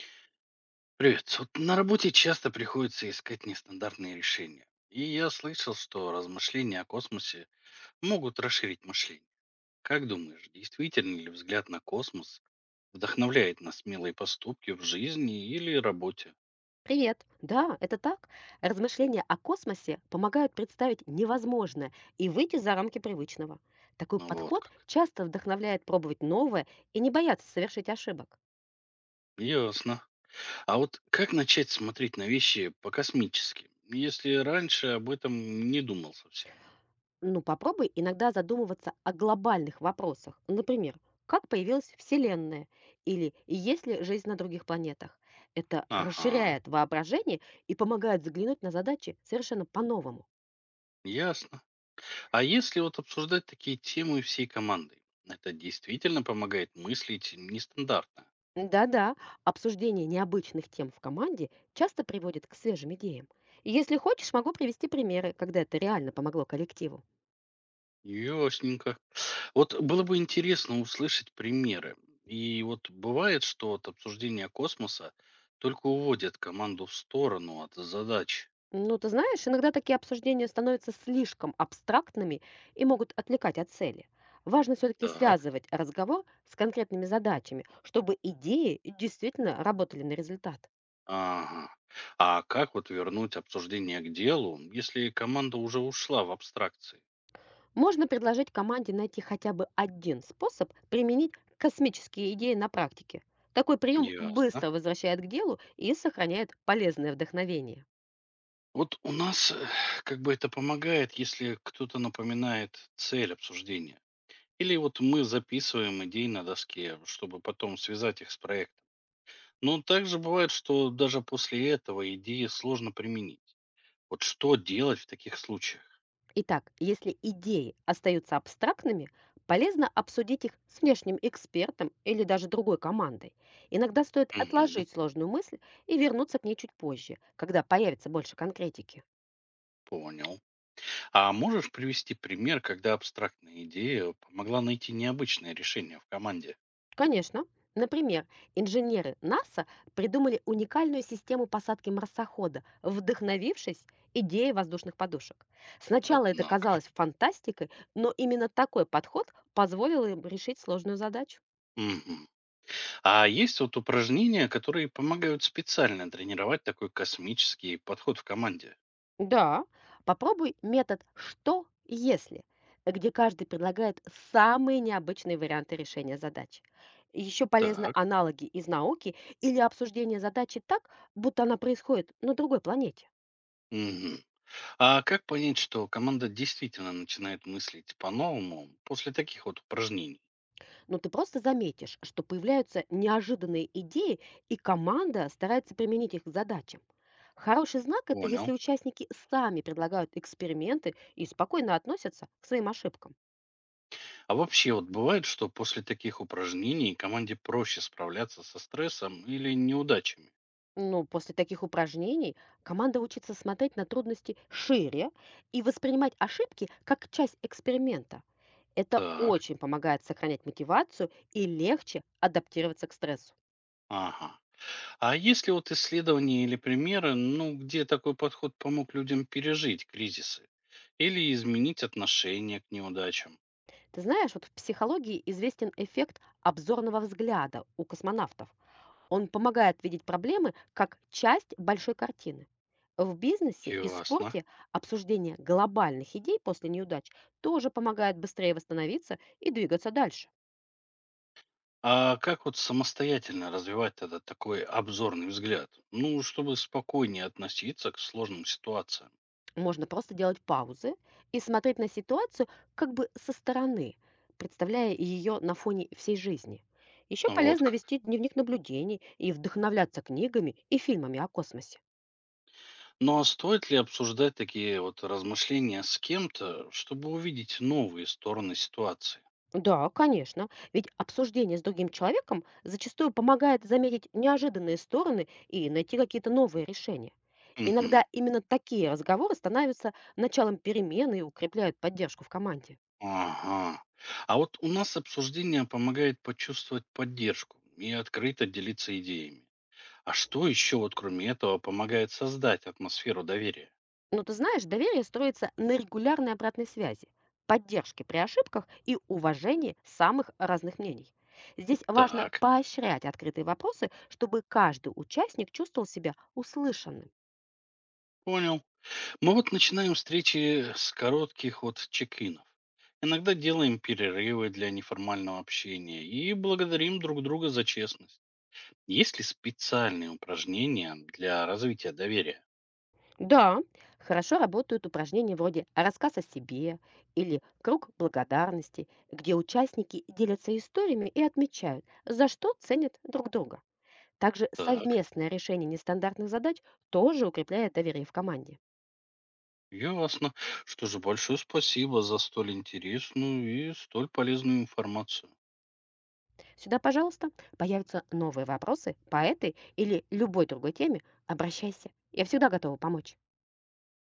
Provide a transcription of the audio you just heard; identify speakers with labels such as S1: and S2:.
S1: Привет. Вот на работе часто приходится искать нестандартные решения. И я слышал, что размышления о космосе могут расширить мышление. Как думаешь, действительно ли взгляд на космос вдохновляет на смелые поступки в жизни или работе?
S2: Привет! Да, это так. Размышления о космосе помогают представить невозможное и выйти за рамки привычного. Такой
S1: Ну вот
S2: подход
S1: как.
S2: часто вдохновляет пробовать новое и не бояться совершить ошибок.
S1: Ясно. А вот как начать смотреть на вещи по-космически, если раньше об этом не думал совсем?
S2: Ну, попробуй иногда задумываться о глобальных вопросах. Например, как появилась Вселенная или есть ли жизнь на других планетах. Это
S1: Ага,
S2: расширяет воображение и помогает взглянуть на задачи совершенно по-новому.
S1: ясно. А если вот обсуждать такие темы всей командой, это действительно помогает мыслить нестандартно?
S2: Да-да, обсуждение необычных тем в команде часто приводит к свежим идеям. И если хочешь, могу привести примеры, когда это реально помогло коллективу.
S1: Ясненько. Вот было бы интересно услышать примеры. И вот бывает, что от обсуждения космоса только уводят команду в сторону от задач.
S2: Ну, ты знаешь, иногда такие обсуждения становятся слишком абстрактными и могут отвлекать от цели. Важно все-таки
S1: Так,
S2: связывать разговор с конкретными задачами, чтобы идеи действительно работали на результат.
S1: ага. А как вот вернуть обсуждение к делу, если команда уже ушла в абстракции?
S2: Можно предложить команде найти хотя бы один способ применить космические идеи на практике. Такой прием
S1: Ясно.
S2: быстро возвращает к делу и сохраняет полезное вдохновение.
S1: Вот у нас как бы это помогает, если кто-то напоминает цель обсуждения. Или вот мы записываем идеи на доске, чтобы потом связать их с проектом. Но также бывает, что даже после этого идеи сложно применить. Вот что делать в таких случаях?
S2: Итак, если идеи остаются абстрактными, полезно обсудить их с внешним экспертом или даже другой командой. Иногда стоит
S1: Мгм,
S2: отложить сложную мысль и вернуться к ней чуть позже, когда появится больше конкретики.
S1: понял. А можешь привести пример, когда абстрактная идея помогла найти необычное решение в команде?
S2: Конечно. Например, инженеры НАСА придумали уникальную систему посадки марсохода, вдохновившись идеей воздушных подушек. Сначала это
S1: Однако.
S2: казалось фантастикой, но именно такой подход позволил им решить сложную задачу.
S1: Мгм. А есть вот упражнения, которые помогают специально тренировать такой космический подход в команде?
S2: Да, попробуй метод «что если», где каждый предлагает самые необычные варианты решения задач. Еще полезны
S1: Так.
S2: аналоги из науки или обсуждение задачи так, будто она происходит на другой планете.
S1: Мгм. А как понять, что команда действительно начинает мыслить по-новому после таких вот упражнений?
S2: Но ты просто заметишь, что появляются неожиданные идеи, и команда старается применить их к задачам. Хороший знак – это
S1: Понял.
S2: если участники сами предлагают эксперименты и спокойно относятся к своим ошибкам.
S1: А вообще вот бывает, что после таких упражнений команде проще справляться со стрессом или неудачами?
S2: Но после таких упражнений команда учится смотреть на трудности шире и воспринимать ошибки как часть эксперимента. Это
S1: Так.
S2: очень помогает сохранять мотивацию и легче адаптироваться к стрессу.
S1: Ага. А есть ли вот исследования или примеры, ну, где такой подход помог людям пережить кризисы или изменить отношение к неудачам?
S2: Ты знаешь, вот в психологии известен эффект обзорного взгляда у космонавтов. Он помогает видеть проблемы как часть большой картины. В бизнесе и
S1: Ясно.
S2: спорте обсуждение глобальных идей после неудач тоже помогает быстрее восстановиться и двигаться дальше.
S1: А как вот самостоятельно развивать тогда такой обзорный взгляд? Ну, чтобы спокойнее относиться к сложным ситуациям.
S2: Можно просто делать паузы и смотреть на ситуацию как бы со стороны, представляя ее на фоне всей жизни. Еще
S1: Вот
S2: полезно
S1: как.
S2: вести дневник наблюдений и вдохновляться книгами и фильмами о космосе.
S1: Ну а стоит ли обсуждать такие вот размышления с кем-то, чтобы увидеть новые стороны ситуации?
S2: Да, конечно. Ведь обсуждение с другим человеком зачастую помогает заметить неожиданные стороны и найти какие-то новые решения.
S1: Угу.
S2: Иногда именно такие разговоры становятся началом перемены и укрепляют поддержку в команде.
S1: Ага. А вот у нас обсуждение помогает почувствовать поддержку и открыто делиться идеями. А что еще вот кроме этого помогает создать атмосферу доверия?
S2: Но ты знаешь, доверие строится на регулярной обратной связи, поддержке при ошибках и уважении самых разных мнений. Здесь важно
S1: Так,
S2: поощрять открытые вопросы, чтобы каждый участник чувствовал себя услышанным.
S1: понял. Мы вот начинаем встречи с коротких вот чек-инов. Иногда делаем перерывы для неформального общения и благодарим друг друга за честность. Есть ли специальные упражнения для развития доверия?
S2: Да, хорошо работают упражнения вроде «Рассказ о себе» или «Круг благодарности», где участники делятся историями и отмечают, за что ценят друг друга. Также
S1: Так.
S2: совместное решение нестандартных задач тоже укрепляет доверие в команде.
S1: Ясно. Что же, большое спасибо за столь интересную и столь полезную информацию.
S2: Сюда, пожалуйста, появятся новые вопросы по этой или любой другой теме. Обращайся. Я всегда готова помочь.